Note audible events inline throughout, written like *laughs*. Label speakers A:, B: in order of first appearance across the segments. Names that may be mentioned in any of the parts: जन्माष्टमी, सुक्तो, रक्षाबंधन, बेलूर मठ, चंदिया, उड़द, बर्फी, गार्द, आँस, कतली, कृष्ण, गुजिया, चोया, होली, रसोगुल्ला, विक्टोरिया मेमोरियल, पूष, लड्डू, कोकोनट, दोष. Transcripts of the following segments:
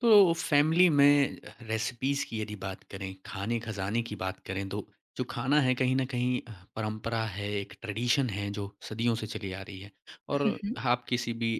A: तो family में recipes की यदि बात करें, खाने-खज़ाने की बात करें तो जो खाना है कहीं न कहीं परंपरा है, एक ट्रेडिशन है जो सदियों से चली आ रही है। और
B: Mmh mh।
A: आप किसी भी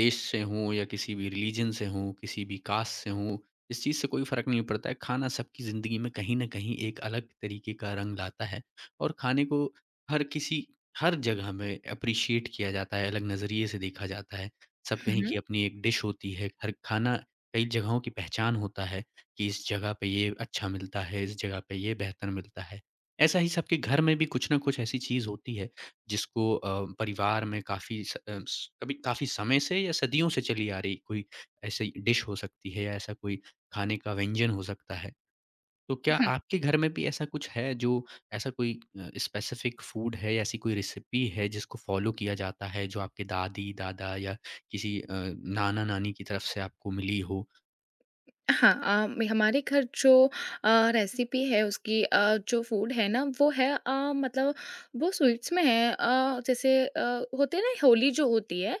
A: देश से हों या किसी भी रिलीजन से हों, किसी भी कास्ट से हों, इस चीज़ से कोई फ़र्क नहीं पड़ता है, खाना सबकी ज़िंदगी में कहीं न कहीं एक अलग तरीके का रंग लाता है। और खाने को हर किसी हर जगह में एप्रिशिएट किया जाता है, अलग नज़रिए से देखा जाता है। सब कहीं की
B: Mmh
A: अपनी एक डिश होती है, हर खाना कई जगहों की पहचान होता है कि इस जगह पे ये अच्छा मिलता है, इस जगह पे ये बेहतर मिलता है। ऐसा ही सबके घर में भी कुछ न कुछ ऐसी चीज़ होती है जिसको परिवार में काफ़ी स अ, स कभी काफ़ी समय से या सदियों से चली आ रही कोई ऐसी डिश हो सकती है या ऐसा कोई खाने का व्यंजन हो सकता है। तो क्या आपके घर में भी ऐसा कुछ है जो ऐसा कोई स्पेसिफ़िक फूड है या ऐसी कोई रेसिपी है जिसको फ़ॉलो किया जाता है जो आपके दादी-दादा या किसी नाना-नानी की तरफ से आपको मिली हो?
B: हाँ, मे हमारे घर जो रेसिपी है उसकी, जो फूड है ना वो है, मतलब वो स्वीट्स में है, जैसे होते हैं ना, होली जो होती है,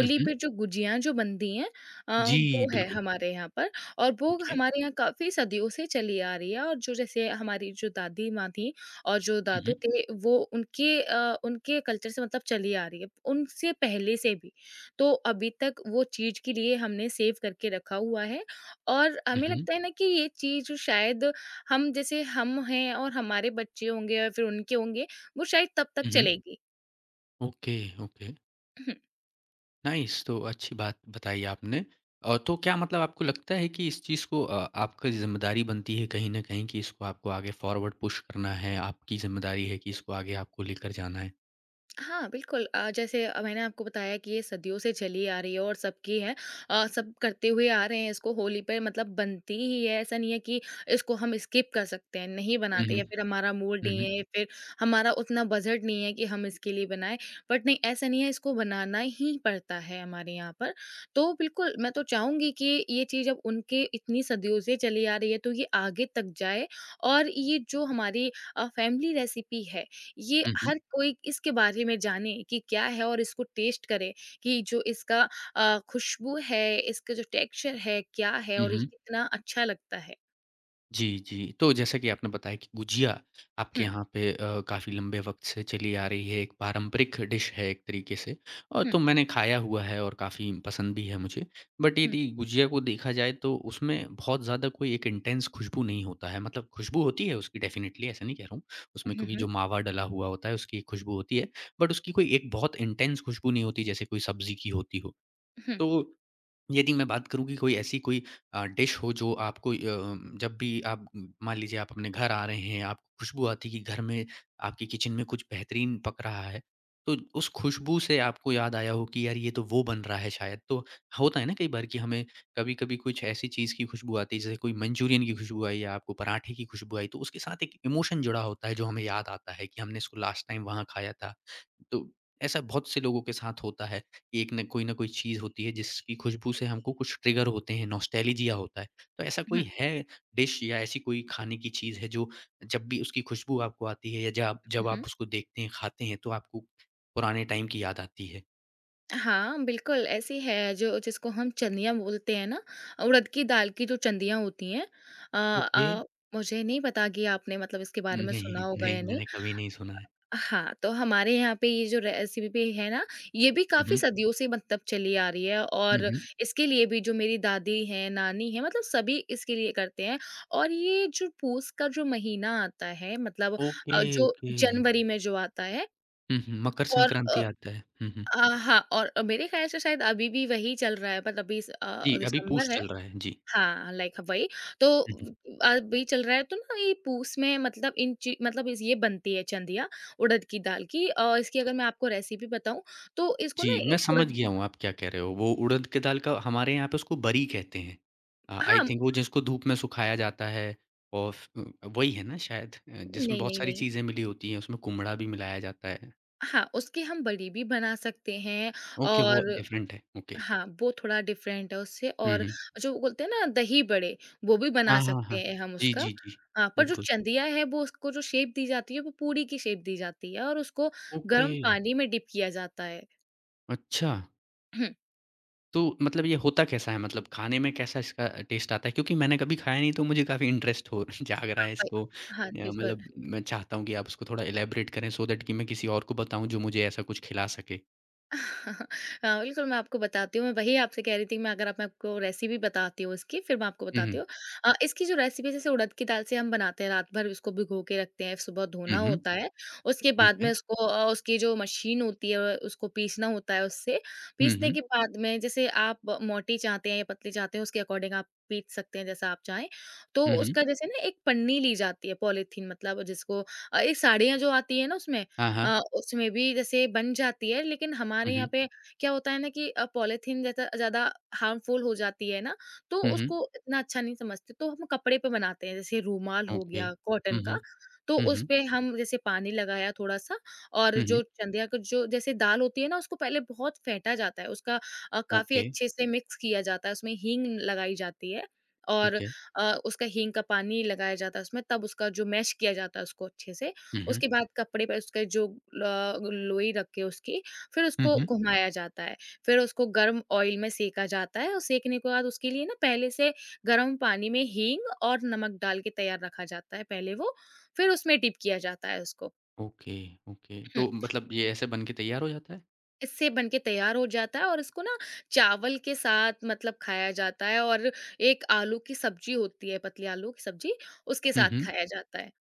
A: हुँ, हुँ।
B: पे जो गुजियाँ जो बनती हैं,
A: जी,
B: वो है
A: बिल्कुल।
B: हमारे यहाँ पर। और वो
A: ओके।
B: हमारे यहाँ काफ़ी सदियों से चली आ रही है और जो जैसे हमारी जो दादी माँ थी और जो
A: हुँ,
B: दादू
A: हुँ।
B: थे वो उनके कल्चर से मतलब चली आ रही है, उनसे पहले से भी। तो अभी तक वो चीज़ के लिए हमने सेव करके रखा हुआ है और
A: हुँ,
B: हमें
A: हुँ।
B: लगता है ना कि ये चीज़ शायद हम, जैसे हम हैं, और हमारे बच्चे होंगे या फिर उनके होंगे, वो शायद तब तक
A: हुँ, हुँ।
B: चलेगी।
A: Okay, okay.
B: *laughs*
A: नाइस, तो अच्छी बात बताई आपने। और तो क्या मतलब आपको लगता है कि इस चीज़ को आपकी ज़िम्मेदारी बनती है कहीं न कहीं कि इसको आपको आगे फॉरवर्ड पुश करना है, आपकी ज़िम्मेदारी है कि इसको आगे आपको लेकर जाना है?
B: हाँ, बिल्कुल, जैसे मैंने आपको बताया कि ये सदियों से चली आ रही है और सबकी है, सब करते हुए आ रहे हैं, इसको होली पे मतलब बनती ही है, ऐसा नहीं है कि इसको हम स्किप कर सकते हैं, नहीं
A: हुँ,
B: बनाते
A: हुँ।
B: या फिर हमारा मूड
A: हुँ,
B: नहीं
A: हुँ।
B: है या फिर हमारा उतना बजट नहीं है कि हम इसके लिए बनाएँ। बट नहीं, ऐसा नहीं है, इसको बनाना ही पड़ता है हमारे यहाँ पर। तो बिल्कुल, मैं तो चाहूँगी कि ये चीज़ अब उनके इतनी सदियों से चली आ रही है तो ये आगे तक जाए और ये जो हमारी फैमिली रेसिपी है, ये
A: हुँ, हुँ।
B: हर कोई इसके बारे में जाने कि क्या है और इसको टेस्ट करे, कि जो इसका खुशबू है, इसका जो टेक्सचर है, क्या है
A: हुँ,
B: और ये
A: हुँ।
B: कितना अच्छा लगता है।
A: जी, जी। तो जैसा कि आपने बताया कि गुजिया आपके
B: हुँ,
A: यहाँ पे काफ़ी लंबे वक़्त से चली आ रही है, एक पारंपरिक डिश है एक तरीके से और
B: हुँ,
A: तो मैंने खाया हुआ है और काफ़ी पसंद भी है मुझे। बट
B: हुँ,
A: यदि गुजिया को देखा जाए तो उसमें बहुत ज़्यादा कोई एक इंटेंस खुशबू नहीं होता है, मतलब खुशबू होती है उसकी, डेफ़िनिटली ऐसा नहीं कह रहा हूँ। उसमें
B: हुँ,
A: क्योंकि
B: हुँ,
A: जो मावा डला हुआ होता है उसकी एक खुशबू होती है, बट उसकी कोई एक बहुत इंटेंस खुशबू नहीं होती जैसे कोई सब्ज़ी की होती हो।
B: हुँ,
A: तो यदि मैं बात करूँ कि कोई ऐसी डिश हो जो आपको, जब भी आप मान लीजिए आप अपने घर आ रहे हैं, आपको खुशबू आती है कि घर में आपकी किचन में कुछ बेहतरीन पक रहा है, तो उस खुशबू से आपको याद आया हो कि यार ये तो वो बन रहा है शायद। तो होता है ना कई बार कि हमें कभी-कभी कुछ ऐसी चीज़ की खुशबू आती है, जैसे कोई मंचूरियन की खुशबू आई या आपको पराठे की खुशबू आई, तो उसके साथ एक इमोशन जुड़ा होता है जो हमें याद आता है कि हमने इसको लास्ट टाइम वहाँ खाया था। तो ऐसा बहुत से लोगों के साथ होता है। एक ना कोई चीज़ होती है जिसकी खुशबू से हमको कुछ ट्रिगर होते हैं, नॉस्टैल्जिया होता है। तो ऐसा
B: हुँ,
A: कोई है डिश या ऐसी कोई खाने की चीज़ है जो जब भी उसकी खुशबू आपको आती है या जब जब
B: हुँ।
A: आप उसको देखते हैं, खाते हैं तो आपको पुराने टाइम की याद आती है?
B: हाँ, बिल्कुल, ऐसी है जो जिसको हम चंदियाँ बोलते हैं ना, उड़द की दाल की जो चंदियाँ होती हैं। अ
A: ओके।
B: अ, मुझे नहीं पता कि आपने मतलब इसके बारे में
A: नहीं,
B: सुना होगा
A: नहीं,
B: या नहीं।
A: मैंने कभी नहीं सुना है।
B: हाँ, तो हमारे यहाँ पे ये जो रेसिपी है ना, ये भी
A: हुँ,
B: काफ़ी
A: हुँ।
B: सदियों से मतलब चली आ रही है
A: हुँ,
B: और
A: हुँ।
B: इसके लिए भी जो मेरी दादी हैं, नानी हैं, मतलब सभी इसके लिए करते हैं और ये जो पूस का जो महीना आता है, मतलब
A: ओके,
B: जो
A: ओके।
B: जनवरी में जो आता है,
A: हुँ, हुँ। मकर
B: और
A: संक्रांति आता है। हुँ, हुँ।
B: अ, हाँ, और मेरे ख़्याल से शायद अभी भी वही चल रहा है, मतलब अभी
A: जी, अभी पूष
B: दिसंबर है।
A: चल रहा है। जी।
B: हाँ, लाइक वही। तो
A: हुँ।
B: अभी चल रहा है तो ना, ये पूस में मतलब इन ची मतलब इस ये बनती है चंदिया उड़द की दाल की, और इसकी अगर मैं आपको रेसिपी बताऊँ तो इसको ना
A: जी, मैं
B: एक
A: समझ
B: उड़द
A: गया
B: की।
A: हूँ आप क्या कह रहे हो। वो उड़द की दाल का हमारे यहाँ पे उसको बरी कहते हैं। आई
B: हाँ,
A: थिंक वो जिसको धूप में सुखाया जाता है और फ वही है ना शायद, जिसमें
B: नहीं,
A: बहुत
B: नहीं,
A: सारी
B: नहीं।
A: चीज़ें मिली होती हैं, उसमें कुम्हड़ा भी मिलाया जाता है।
B: हाँ, उसकी हम बड़ी भी बना सकते हैं
A: ओके, वो
B: और
A: डिफरेंट है। ओके।
B: हाँ, वो थोड़ा डिफरेंट है उससे,
A: हुँ,
B: और
A: हुँ।
B: जो बोलते हैं ना दही बड़े, वो भी
A: हाँ,
B: बना
A: हाँ,
B: सकते
A: हाँ।
B: हैं हम
A: जी,
B: उसका।
A: जी, जी।
B: हाँ, पर जो
A: बिल्कुल।
B: चंदिया है वो, उसको जो शेप दी जाती है वो पूरी की शेप दी जाती है और उसको
A: ओके,
B: गर्म पानी में डिप किया जाता है।
A: अच्छा।
B: *clears throat*
A: तो मतलब ये होता कैसा है? मतलब खाने में कैसा इसका टेस्ट आता है? क्योंकि मैंने कभी खाया नहीं तो मुझे काफ़ी इंटरेस्ट हो *laughs* जाग रहा है
B: वही
A: इसको,
B: हाँ, बिल्कुल।
A: मतलब मैं चाहता हूँ कि आप उसको थोड़ा इलैबोरेट करें सो दैट कि मैं किसी और को बताऊँ जो मुझे ऐसा कुछ खिला सके।
B: *laughs* हाँ, बिल्कुल, मैं आपको बताती हूँ, मैं वही आपसे कह रही थी, मैं अगर आप मैं आपको रेसिपी बताती हूँ इसकी, फिर मैं आपको
A: हुँ,
B: बताती
A: हुँ।
B: हूँ। इसकी जो रेसिपी, जैसे उड़द की दाल से हम बनाते हैं, रात भर उसको भिगो के रखते हैं, सुबह
A: हुँ,
B: धोना
A: हुँ।
B: होता है। उसके बाद
A: ओके।
B: में उसको, उसकी जो मशीन होती है, उसको पीसना होता है उससे।
A: हुँ,
B: पीसने
A: हुँ।
B: के बाद में जैसे आप मोटी चाहते हैं या पतली चाहते हैं, उसके अकॉर्डिंग आप पीस सकते हैं जैसा आप चाहें। तो
A: हुँ, हुँ।
B: उसका, जैसे ना एक पन्नी ली जाती है पॉलीथीन, मतलब जिसको ये साड़ियाँ जो आती है ना उसमें,
A: हाँ, हाँ।
B: उसमें भी जैसे बन जाती है, लेकिन
A: हुँ,
B: हमारे
A: हुँ।
B: यहाँ पे क्या होता है ना, कि पॉलीथीन ज़्यादा ज़्यादा हार्मफुल हो जाती है ना, तो
A: हुँ, हुँ।
B: उसको इतना अच्छा नहीं समझते, तो हम कपड़े पे बनाते हैं, जैसे रूमाल हो
A: ओके।
B: गया कॉटन
A: हुँ, हुँ।
B: का, तो
A: हुँ, हुँ।
B: उसपे हम जैसे पानी लगाया थोड़ा-सा, और
A: हुँ,
B: जो
A: हुँ।
B: चंदिया का जो जैसे दाल होती है ना, उसको पहले बहुत फेंटा जाता है, उसका काफ़ी
A: ओके,
B: अच्छे से मिक्स किया जाता है, उसमें हींग लगाई जाती है
A: ठीक
B: और
A: है।
B: उसका हींग का पानी लगाया जाता है उसमें, तब उसका जो मैश किया जाता है उसको अच्छे से,
A: हुँ, हुँ।
B: उसके बाद कपड़े पे उसके जो ल लोई रख के उसकी, फिर
A: हुँ,
B: उसको
A: हुँ।
B: घुमाया जाता है। फिर उसको गर्म ऑयल में सेका जाता है और सेकने के बाद उसके लिए ना पहले से गर्म पानी में हींग और नमक डाल के तैयार रखा जाता है पहले वो, फिर उसमें डिप किया जाता है उसको।
A: Okay, okay.
B: हम्म,
A: तो मतलब ये ऐसे बन के तैयार हो जाता है?
B: इससे बन के तैयार हो जाता है और इसको ना चावल के साथ मतलब खाया जाता है, और एक आलू की सब्ज़ी होती है, पतली आलू की सब्ज़ी, उसके
A: हुँ,
B: साथ
A: हुँ।
B: खाया जाता है।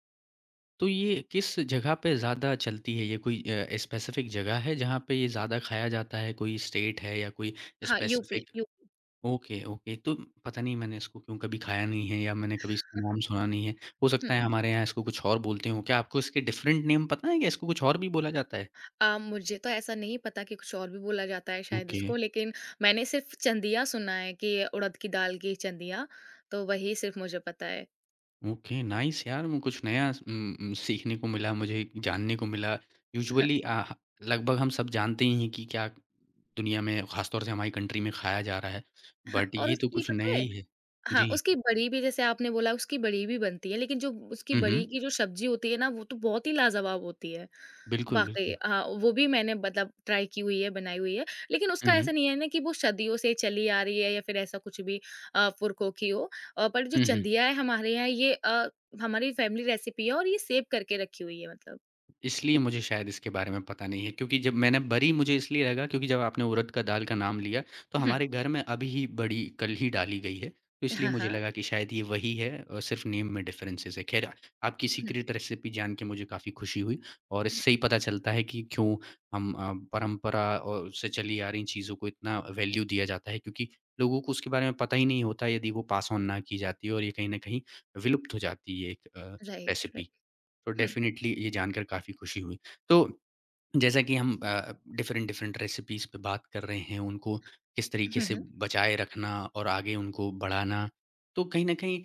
A: तो ये किस जगह पे ज़्यादा चलती है? ये कोई स्पेसिफ़िक जगह है जहाँ पे ये ज़्यादा खाया जाता है? कोई स्टेट है या कोई
B: हाँ, UP,
A: specific?
B: UP.
A: Okay, okay. तो पता नहीं मैंने इसको क्यों कभी खाया नहीं है या मैंने कभी इसका नाम
B: *laughs*
A: सुना नहीं है। हो
B: हुँ।
A: सकता है हमारे यहाँ इसको कुछ और बोलते हों। क्या आपको इसके डिफ़रेंट नेम पता है? क्या इसको कुछ और भी बोला जाता है?
B: मुझे तो ऐसा नहीं पता कि कुछ और भी बोला जाता है शायद
A: ओके।
B: इसको, लेकिन मैंने सिर्फ़ चंदिया सुना है, कि उड़द की दाल की चंदिया, तो वही सिर्फ़ मुझे पता है।
A: ओके, नाइस यार, मैं कुछ नया सीखने को मिला, मुझे जानने को मिला।
B: हाँ,
A: यूजुअली लगभग हम सब जानते ही हैं कि क्या दुनिया में, खासतौर से हमारी कंट्री में खाया जा रहा है,
B: हाँ,
A: बट
B: और
A: ये तो
B: उसकी
A: कुछ नया
B: पता है।
A: ही है।
B: हाँ,
A: जी।
B: उसकी बड़ी भी, जैसे आपने बोला, उसकी बड़ी भी बनती है, लेकिन जो उसकी बड़ी
A: हम्म।
B: की जो सब्ज़ी होती है ना, वो तो बहुत ही लाजवाब होती है।
A: बिल्कुल,
B: वाक़ई,
A: बिल्कुल।
B: हाँ, वो भी मैंने मतलब ट्राई की हुई है, बनाई हुई है। लेकिन उसका
A: हम्म।
B: ऐसा नहीं है ना, कि वो सदियों से चली आ रही है या फिर ऐसा कुछ भी, पुरखों की हो। पर जो
A: हम्म।
B: चंदिया है हमारे यहाँ, ये हमारी फैमिली रेसिपी है और ये सेव करके रखी हुई है मतलब।
A: इसलिए मुझे शायद इसके बारे में पता नहीं है क्योंकि जब मैंने बरी मुझे इसलिए लगा क्योंकि जब आपने उड़द का दाल का नाम लिया तो
B: हुँ।
A: हमारे घर में अभी ही बड़ी कल ही डाली गई है, तो इसलिए
B: हाँ,
A: मुझे
B: हाँ।
A: लगा कि शायद ये वही है और सिर्फ नेम में डिफरेंसेस है। खैर, आपकी
B: हुँ,
A: सीक्रेट रेसिपी जान के मुझे काफ़ी खुशी हुई और
B: हुँ।
A: इससे ही पता चलता है कि क्यों हम, परंपरा और से चली आ रही चीज़ों को इतना वैल्यू दिया जाता है, क्योंकि लोगों को उसके बारे में पता ही नहीं होता यदि वो पास ऑन ना की जाती और ये कहीं ना कहीं विलुप्त हो जाती है एक
B: राइट,
A: रेसिपी।
B: राइट।
A: तो
B: हुँ।
A: डेफ़िनेटली ये जानकर काफ़ी खुशी हुई। तो जैसा कि हम डिफरेंट डिफरेंट रेसिपीज़ पे बात कर रहे हैं, उनको किस तरीके
B: हुँ,
A: से
B: हुँ।
A: बचाए रखना और आगे उनको बढ़ाना। तो कहीं न कहीं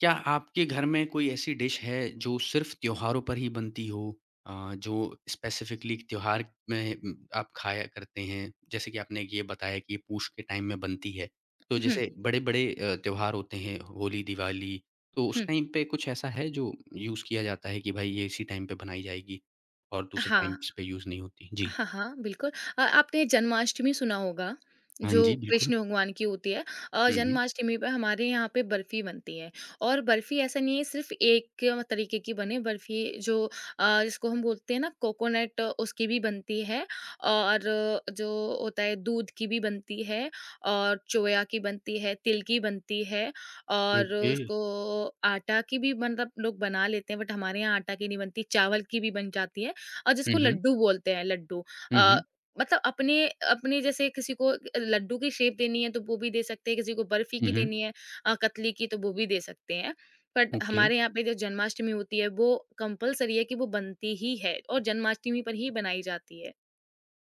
A: क्या आपके घर में कोई ऐसी डिश है जो सिर्फ़ त्योहारों पर ही बनती हो? जो स्पेसिफ़िकली त्योहार में आप खाया करते हैं? जैसे कि आपने ये बताया कि ये पूष के टाइम में बनती है। तो
B: हुँ,
A: जैसे बड़े-बड़े त्योहार होते हैं, होली, दिवाली, तो उस
B: हुँ।
A: टाइम पे कुछ ऐसा है जो यूज़ किया जाता है कि भाई ये इसी टाइम पे बनाई जाएगी? और दूसरे
B: हाँ।
A: टाइम्स पे यूज़ नहीं होती। जी।
B: हाँ, हाँ, बिल्कुल। आपने जन्माष्टमी सुना होगा,
A: हाँ
B: जो
A: जी, बिल्कुल।
B: कृष्ण भगवान की होती है।
A: हुँ, हुँ।
B: जन्माष्टमी पे हमारे यहाँ पे बर्फ़ी बनती है, और बर्फ़ी ऐसा नहीं है सिर्फ़ एक तरीके की बने, बर्फ़ी जो जिसको हम बोलते हैं ना कोकोनट, उसकी भी बनती है, और जो होता है दूध की भी बनती है, और चोया की बनती है, तिल की बनती है और
A: ओके।
B: उसको आटा की भी मतलब लोग बना लेते हैं, बट हमारे यहाँ आटा की नहीं बनती, चावल की भी बन जाती है। और
A: हुँ,
B: जिसको
A: हुँ।
B: लड्डू बोलते हैं, लड्डू,
A: हुँ,
B: अ,
A: हुँ।
B: मतलब अपने, अपने जैसे किसी को लड्डू की शेप देनी है तो वो भी दे सकते हैं, किसी को बर्फी
A: हुँ,
B: की
A: हुँ।
B: देनी है, कतली की, तो वो भी दे सकते हैं, बट
A: ओके।
B: हमारे यहाँ पे जो जन्माष्टमी होती है वो कंपलसरी है, कि वो बनती ही है और जन्माष्टमी पर ही बनाई जाती है।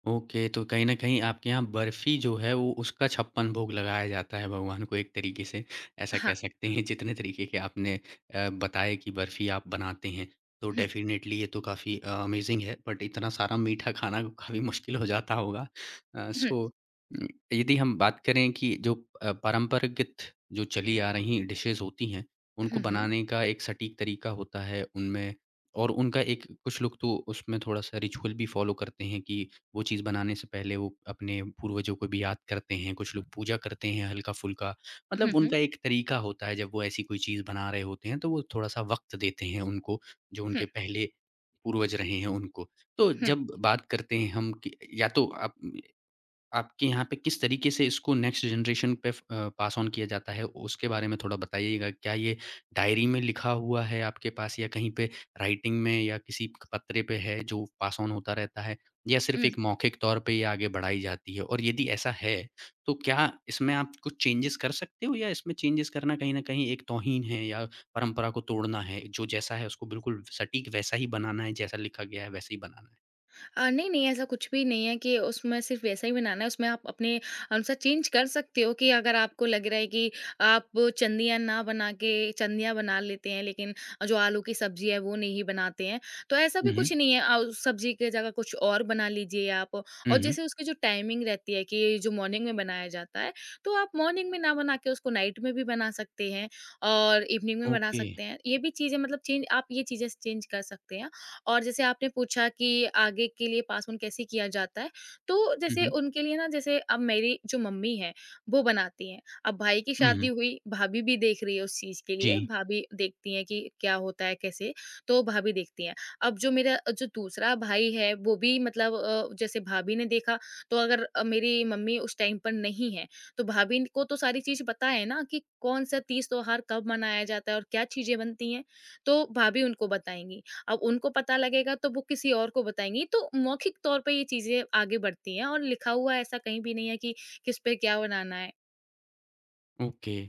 A: ओके, तो कहीं न कहीं आपके यहाँ बर्फ़ी जो है वो उसका छप्पन भोग लगाया जाता है भगवान को एक तरीके से, ऐसा कह
B: हाँ।
A: सकते हैं, जितने तरीके के आपने, बताए कि बर्फ़ी आप बनाते हैं, तो
B: हम्म,
A: डेफ़िनेटली ये तो काफ़ी अमेज़िंग है, बट इतना सारा मीठा खाना काफ़ी मुश्किल हो जाता होगा।
B: हम्म,
A: सो यदि हम बात करें कि जो परंपरागत जो चली आ रही डिशेज़ होती हैं, उनको
B: हम्म,
A: बनाने का एक सटीक तरीका होता है उनमें और उनका एक, कुछ लोग तो उसमें थोड़ा-सा रिचुअल भी फ़ॉलो करते हैं कि वो चीज़ बनाने से पहले वो अपने पूर्वजों को भी याद करते हैं, कुछ लोग पूजा करते हैं हल्का-फुल्का। मतलब
B: हम्म, हम्म,
A: उनका एक तरीका होता है, जब वो ऐसी कोई चीज़ बना रहे होते हैं, तो वो थोड़ा-सा वक़्त देते हैं उनको, जो उनके
B: हम्म,
A: पहले पूर्वज रहे हैं उनको। तो
B: हम्म, हम्म,
A: जब बात करते हैं हम कि या तो आप, आपके यहाँ पे किस तरीके से इसको नेक्स्ट जनरेशन पे पास ऑन किया जाता है, उसके बारे में थोड़ा बताइएगा। क्या ये डायरी में लिखा हुआ है आपके पास या कहीं पे राइटिंग में या किसी क पत्रे पे है जो पास ऑन होता रहता है? या सिर्फ़
B: हम्म।
A: एक मौखिक तौर पे ये आगे बढ़ाई जाती है? और यदि ऐसा है, तो क्या इसमें आप कुछ चेंजेज़ कर सकते हो या इसमें चेंजेज़ करना कहीं न कहीं एक तौहीन है या परंपरा को तोड़ना है? जो जैसा है उसको बिल्कुल सटीक वैसा ही बनाना है, जैसा लिखा गया है वैसे ही बनाना है?
B: नहीं, नहीं, ऐसा कुछ भी नहीं है कि उसमें सिर्फ़ वैसा ही बनाना है, उसमें आप अपने अनुसार चेंज कर सकते हो, कि अगर आपको लग रहा है कि आप चंदियाँ ना बना के चंदियाँ बना लेते हैं, लेकिन जो आलू की सब्ज़ी है वो नहीं बनाते हैं, तो ऐसा भी
A: हुँ, हुँ।
B: कुछ नहीं है, उस सब्ज़ी की जगह कुछ और बना लीजिए आप।
A: हुँ,
B: और
A: हुँ।
B: जैसे उसकी जो टाइमिंग रहती है कि जो मॉर्निंग में बनाया जाता है, तो आप मॉर्निंग में ना बना के उसको नाइट में भी बना सकते हैं और इवनिंग में बना
A: ओके।
B: सकते हैं। ये भी चीज़ें मतलब चेंज, आप ये चीज़ें चेंज कर सकते हैं। और जैसे आपने पूछा कि आगे के लिए पास ऑन कैसे किया जाता है, तो
A: हुँ,
B: जैसे
A: हुँ।
B: उनके लिए ना, जैसे अब मेरी जो मम्मी हैं, वो बनाती हैं। अब भाई की
A: हुँ,
B: शादी
A: हुँ।
B: हुई, भाभी भी देख रही है उस चीज़ के लिए,
A: जी,
B: भाभी देखती हैं कि क्या होता है, कैसे, तो भाभी देखती हैं। अब जो मेरा जो दूसरा भाई है, वो भी मतलब, जैसे भाभी ने देखा, तो अगर मेरी मम्मी उस टाइम पर नहीं है, तो भाभी को तो सारी चीज़ पता है ना कि कौन-सा तीज त्योहार कब मनाया जाता है और क्या चीज़ें बनती हैं, तो भाभी उनको बताएँगी। अब उनको पता लगेगा तो वो किसी और को बताएँगी, तो मौखिक तौर पे ये चीज़ें आगे बढ़ती हैं और लिखा हुआ ऐसा कहीं भी नहीं है कि किस पे क्या बनाना है।
A: ओके।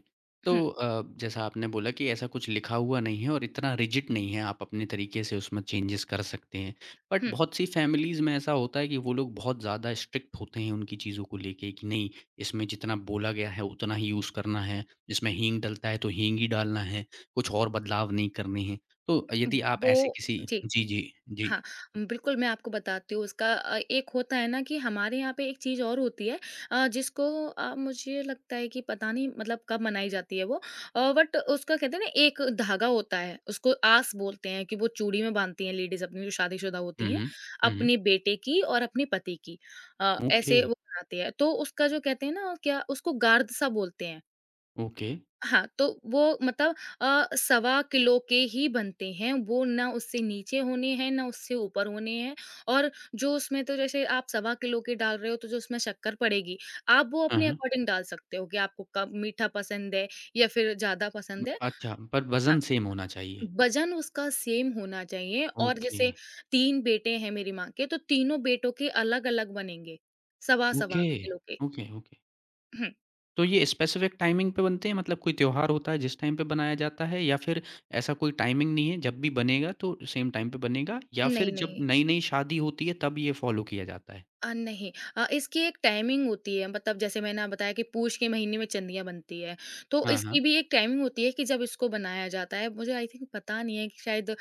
A: तो
B: हुँ,
A: जैसा आपने बोला कि ऐसा कुछ लिखा हुआ नहीं है और इतना रिजिड नहीं है, आप अपने तरीके से उसमें चेंजेज़ कर सकते हैं। बट
B: हुँ।
A: बहुत सी फैमिलीज़ में ऐसा होता है कि वो लोग बहुत ज़्यादा स्ट्रिक्ट होते हैं उनकी चीज़ों को लेके कि नहीं, इसमें जितना बोला गया है उतना ही यूज़ करना है, इसमें हींग डलता है तो हींग ही डालना है, कुछ और बदलाव नहीं करने हैं। तो यदि आप ऐसे
B: वो
A: किसी,
B: जी।
A: जी, जी, जी।
B: हाँ, बिल्कुल, मैं आपको बताती हूँ उसका। एक होता है ना, कि हमारे यहाँ पे एक चीज़ और होती है, जिसको मुझे लगता है कि पता नहीं मतलब कब मनाई जाती है वो, बट उसका कहते हैं ना एक धागा होता है, उसको आस बोलते हैं, कि वो चूड़ी में बांधती हैं लेडीज अपनी, जो शादीशुदा
A: हुँ,
B: होती हैं
A: हुँ। हुँ, हुँ।
B: अपने बेटे की और अपने पति की।
A: ओके,
B: ऐसे वो बनाती है, तो उसका जो कहते हैं ना, क्या उसको गार्द सा बोलते हैं।
A: ओके।
B: हाँ, तो वो मतलब सवा किलो के ही बनते हैं, वो ना उससे नीचे होने हैं, ना उससे ऊपर होने हैं, और जो उसमें, तो जैसे आप सवा किलो के डाल रहे हो, तो जो उसमें शक्कर पड़ेगी, आप वो
A: हाँ,
B: अपने
A: हाँ।
B: अकॉर्डिंग डाल सकते हो कि आपको कम मीठा पसंद है या फिर ज़्यादा पसंद है।
A: अच्छा, पर
B: हाँ,
A: वज़न सेम होना चाहिए।
B: वज़न उसका सेम होना चाहिए, और
A: ओके।
B: जैसे 3 बेटे हैं मेरी माँ के, तो तीनों बेटों के अलग-अलग बनेंगे, सवा-सवा
A: ओके,
B: किलो के।
A: Okay, okay.
B: हुँ,
A: तो ये स्पेसिफ़िक टाइमिंग पे बनते हैं मतलब कोई त्योहार होता है जिस टाइम पे बनाया जाता है या फिर ऐसा कोई टाइमिंग नहीं है, जब भी बनेगा तो सेम टाइम पे बनेगा या फिर
B: नहीं,
A: जब
B: नहीं।
A: नई-नई शादी होती है तब ये फ़ॉलो किया जाता है?
B: नहीं, इसकी एक टाइमिंग होती है, मतलब जैसे मैंने बताया कि पूष के महीने में चंदियाँ बनती है, तो
A: हाँ, हाँ,
B: इसकी भी एक टाइमिंग होती है कि जब इसको बनाया जाता है। मुझे आई थिंक पता नहीं है कि शायद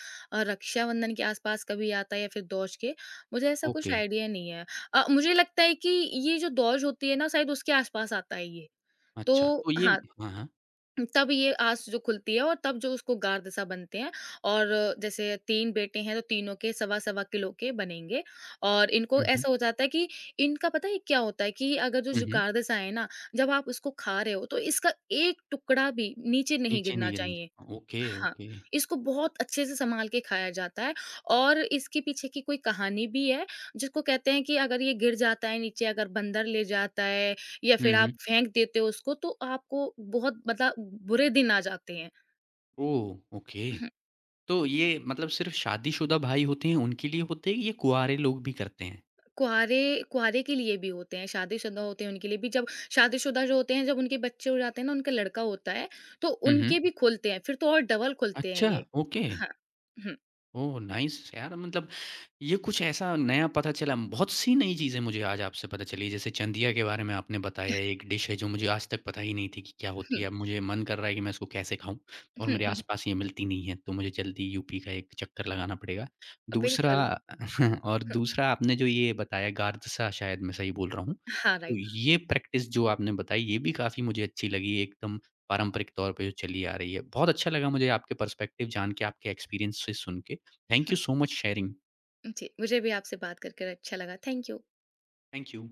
B: रक्षाबंधन के आस-पास कभी आता है या फिर दोष के, मुझे ऐसा कुछ
A: ओके,
B: आइडिया नहीं है। मुझे लगता है कि ये जो दोष होती है ना, शायद उसके आस-पास आता है ये। तो
A: अच्छा। तो ये
B: हाँ,
A: हाँ, हाँ,
B: तब ये आँस जो खुलती है और तब जो उसको गार्द सा बनते हैं, और जैसे 3 बेटे हैं तो तीनों के सवा-सवा किलो के बनेंगे, और इनको
A: हुँ, हुँ,
B: ऐसा हो जाता है कि इनका पता है क्या होता है, कि अगर जो
A: हुँ,
B: जो
A: हुँ,
B: गार्द सा है ना, जब आप उसको खा रहे हो तो इसका एक टुकड़ा भी नीचे नहीं
A: नीचे नहीं
B: गिरना
A: गिरना
B: चाहिए।
A: चाहिए। ओके,
B: हाँ,
A: ओके,
B: इसको बहुत अच्छे से सँभाल के खाया जाता है, और इसके पीछे की कोई कहानी भी है, जिसको कहते हैं कि अगर ये गिर जाता है नीचे, अगर बंदर ले जाता है या
A: हुँ,
B: फिर आप
A: हुँ,
B: फेंक देते हो उसको, तो आपको बहुत मतलब बुरे दिन आ जाते हैं।
A: ओह! ओके, तो ये मतलब सिर्फ़ शादीशुदा भाई होते हैं उनके लिए होते हैं या कुँवारे लोग भी करते हैं?
B: कुँवारे, कुँवारे के लिए भी होते हैं, शादीशुदा होते हैं उनके लिए भी, जब शादीशुदा जो होते हैं, जब उनके बच्चे हो जाते हैं ना, उनका लड़का होता है, तो
A: हुँ, हुँ,
B: उनके भी खुलते हैं, फिर तो और डबल खुलते हैं
A: अच्छा,
B: ये।
A: ओके।
B: हाँ। हुँ,
A: ओह! नाइस यार, मतलब ये कुछ ऐसा नया पता चला, बहुत सी नई चीज़ें मुझे आज आपसे पता चली, जैसे चंदिया के बारे में आपने बताया एक डिश है जो मुझे आज तक पता ही नहीं थी कि क्या होती
B: हुँ,
A: है। अब मुझे मन कर रहा है कि मैं इसको कैसे खाऊँ और
B: हुँ,
A: मेरे
B: हुँ,
A: आस-पास ये मिलती नहीं है तो मुझे जल्दी यूपी का एक चक्कर लगाना पड़ेगा। दूसरा
B: बिल्कुल।
A: *laughs* और दूसरा आपने जो ये बताया गार्दसा, शायद मैं सही बोल रहा हूँ।
B: हाँ,
A: तो
B: राइट।
A: ये प्रैक्टिस जो आपने बताई ये भी काफ़ी मुझे अच्छी लगी, एकदम पारंपरिक तौर पे जो चली आ रही है। बहुत अच्छा लगा मुझे आपके पर्सपेक्टिव जान के, आपके एक्सपीरियंस से सुन के। Thank you so much sharing.
B: जी, मुझे भी आपसे बात कर कर अच्छा लगा। Thank you.
A: Thank you.